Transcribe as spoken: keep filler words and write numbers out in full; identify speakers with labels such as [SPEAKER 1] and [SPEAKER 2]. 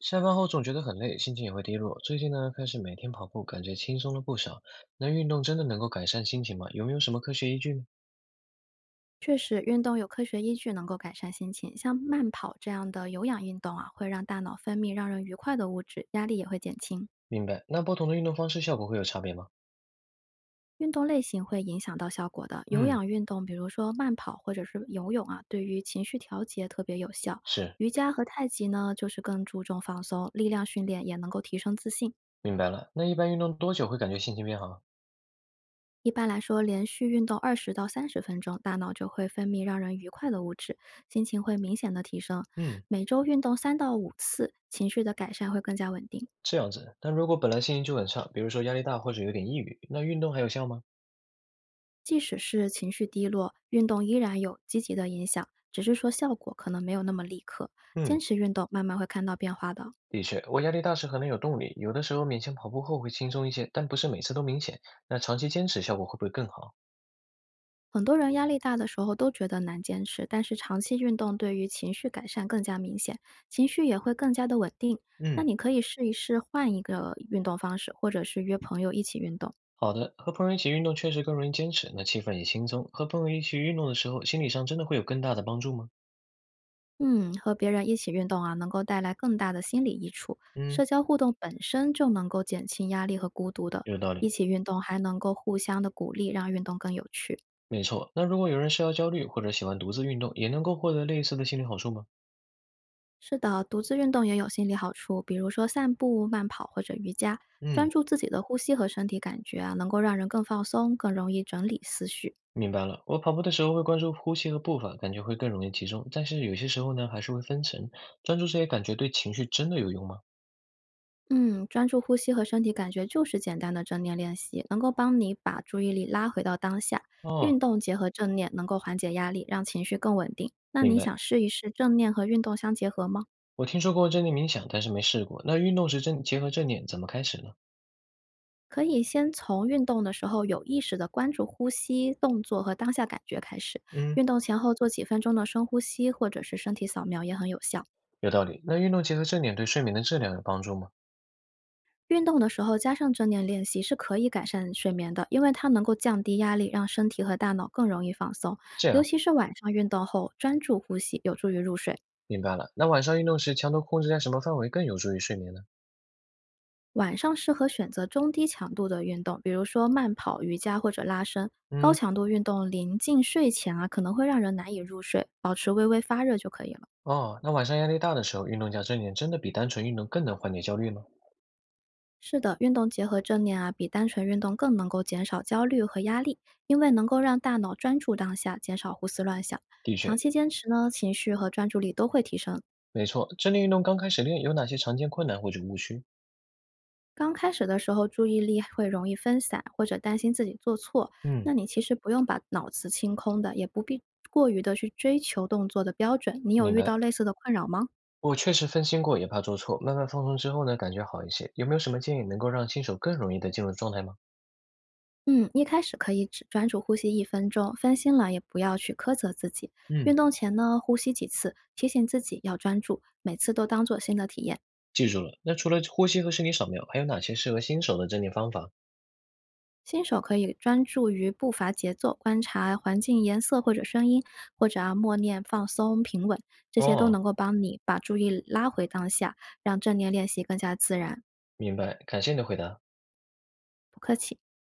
[SPEAKER 1] 下班后总觉得很累，心情也会低落。最近呢，开始每天跑步，感觉轻松了不少。那运动真的能够改善心情吗？有没有什么科学依据呢？
[SPEAKER 2] 确实，运动有科学依据，能够改善心情。像慢跑这样的有氧运动啊，会让大脑分泌让人愉快的物质，压力也会减轻。
[SPEAKER 1] 明白。那不同的运动方式效果会有差别吗？
[SPEAKER 2] 运动类型会影响到效果的。有
[SPEAKER 1] 嗯，
[SPEAKER 2] 氧运动，比如说慢跑或者是游泳啊，对于情绪调节特别有效。
[SPEAKER 1] 是，
[SPEAKER 2] 瑜伽和太极呢，就是更注重放松，力量训练也能够提升自信。
[SPEAKER 1] 明白了。那一般运动多久会感觉心情变好啊？
[SPEAKER 2] 一般来说，连续运动二十到三十分钟，大脑就会分泌让人愉快的物质，心情会明显的提升。
[SPEAKER 1] 嗯，
[SPEAKER 2] 每周运动三到五次，情绪的改善会更加稳定。
[SPEAKER 1] 这样子。那如果本来心情就很差，比如说压力大或者有点抑郁，那运动还有效吗？
[SPEAKER 2] 即使是情绪低落，运动依然有积极的影响，只是说效果可能没有那么立刻。坚
[SPEAKER 1] 嗯，
[SPEAKER 2] 持运动，慢慢会看到变化的。
[SPEAKER 1] 的确，我压力大时可能有动力，有的时候勉强跑步后会轻松一些，但不是每次都明显。那长期坚持效果会不会更好？
[SPEAKER 2] 很多人压力大的时候都觉得难坚持，但是长期运动对于情绪改善更加明显，情绪也会更加的稳定。那
[SPEAKER 1] 嗯。
[SPEAKER 2] 你可以试一试换一个运动方式，或者是约朋友一起运动。
[SPEAKER 1] 好的，和朋友一起运动确实更容易坚持，那气氛也轻松。和朋友一起运动的时候，心理上真的会有更大的帮助吗？
[SPEAKER 2] 嗯，和别人一起运动啊，能够带来更大的心理益处。
[SPEAKER 1] 嗯，
[SPEAKER 2] 社交互动本身就能够减轻压力和孤独的，
[SPEAKER 1] 有道
[SPEAKER 2] 一
[SPEAKER 1] 理，
[SPEAKER 2] 起运动还能够互相的鼓励，让运动更有趣。
[SPEAKER 1] 没错。那如果有人社交焦虑或者喜欢独自运动，也能够获得类似的心理好处吗？
[SPEAKER 2] 是的，独自运动也有心理好处，比如说散步、慢跑或者瑜伽，专
[SPEAKER 1] 嗯，
[SPEAKER 2] 注自己的呼吸和身体感觉啊，能够让人更放松，更容易整理思绪。
[SPEAKER 1] 明白了，我跑步的时候会关注呼吸和步伐，感觉会更容易集中。但是有些时候呢，还是会分神。专注这些感觉对情绪真的有用吗？
[SPEAKER 2] 嗯，专注呼吸和身体感觉就是简单的正念练习，能够帮你把注意力拉回到当下。
[SPEAKER 1] 哦，
[SPEAKER 2] 运动结合正念，能够缓解压力，让情绪更稳定。那
[SPEAKER 1] 明
[SPEAKER 2] 你
[SPEAKER 1] 白。
[SPEAKER 2] 想试一试正念和运动相结合吗？
[SPEAKER 1] 我听说过正念冥想，但是没试过。那运动时正结合正念怎么开始呢？
[SPEAKER 2] 可以先从运动的时候有意识的关注呼吸、动作和当下感觉开始。
[SPEAKER 1] 嗯，
[SPEAKER 2] 运动前后做几分钟的深呼吸，或者是身体扫描也很有效。
[SPEAKER 1] 有道理。那运动结合正念对睡眠的质量有帮助吗？
[SPEAKER 2] 运动的时候加上正念练习是可以改善睡眠的，因为它能够降低压力，让身体和大脑更容易放松。
[SPEAKER 1] 这
[SPEAKER 2] 尤
[SPEAKER 1] 样。
[SPEAKER 2] 其是晚上运动后，专注呼吸有助于入睡。
[SPEAKER 1] 明白了。那晚上运动时，强度控制在什么范围更有助于睡眠呢？
[SPEAKER 2] 晚上适合选择中低强度的运动，比如说慢跑、瑜伽或者拉伸。高
[SPEAKER 1] 嗯，
[SPEAKER 2] 强度运动临近睡前啊，可能会让人难以入睡，保持微微发热就可以了。
[SPEAKER 1] 哦，那晚上压力大的时候，运动加正念真的比单纯运动更能缓解焦虑吗？
[SPEAKER 2] 是的，运动结合正念啊，比单纯运动更能够减少焦虑和压力，因为能够让大脑专注当下，减少胡思乱想。
[SPEAKER 1] 的确，
[SPEAKER 2] 长期坚持呢，情绪和专注力都会提升。
[SPEAKER 1] 没错。正念运动刚开始练，有哪些常见困难或者误区？
[SPEAKER 2] 刚开始的时候，注意力会容易分散，或者担心自己做错。那
[SPEAKER 1] 嗯，
[SPEAKER 2] 你其实不用把脑子清空的，也不必过于的去追求动作的标准。你有
[SPEAKER 1] 明
[SPEAKER 2] 遇
[SPEAKER 1] 白。
[SPEAKER 2] 到类似的困扰吗？
[SPEAKER 1] 我确实分心过，也怕做错。慢慢放松之后呢，感觉好一些。有没有什么建议能够让新手更容易的进入状态吗？
[SPEAKER 2] 嗯，一开始可以只专注呼吸一分钟，分心了也不要去苛责自己。运
[SPEAKER 1] 嗯，
[SPEAKER 2] 动前呢，呼吸几次，提醒自己要专注，每次都当做新的体验。
[SPEAKER 1] 记住了。那除了呼吸和身体扫描，还有哪些适合新手的正念方法？
[SPEAKER 2] 新手可以专注于步伐节奏，观察环境颜色或者声音，或者啊默念放松平稳，这些都
[SPEAKER 1] 哦，
[SPEAKER 2] 能够帮你把注意力拉回当下，让正念练习更加自然。
[SPEAKER 1] 明白。感谢你的回答。
[SPEAKER 2] 不客气。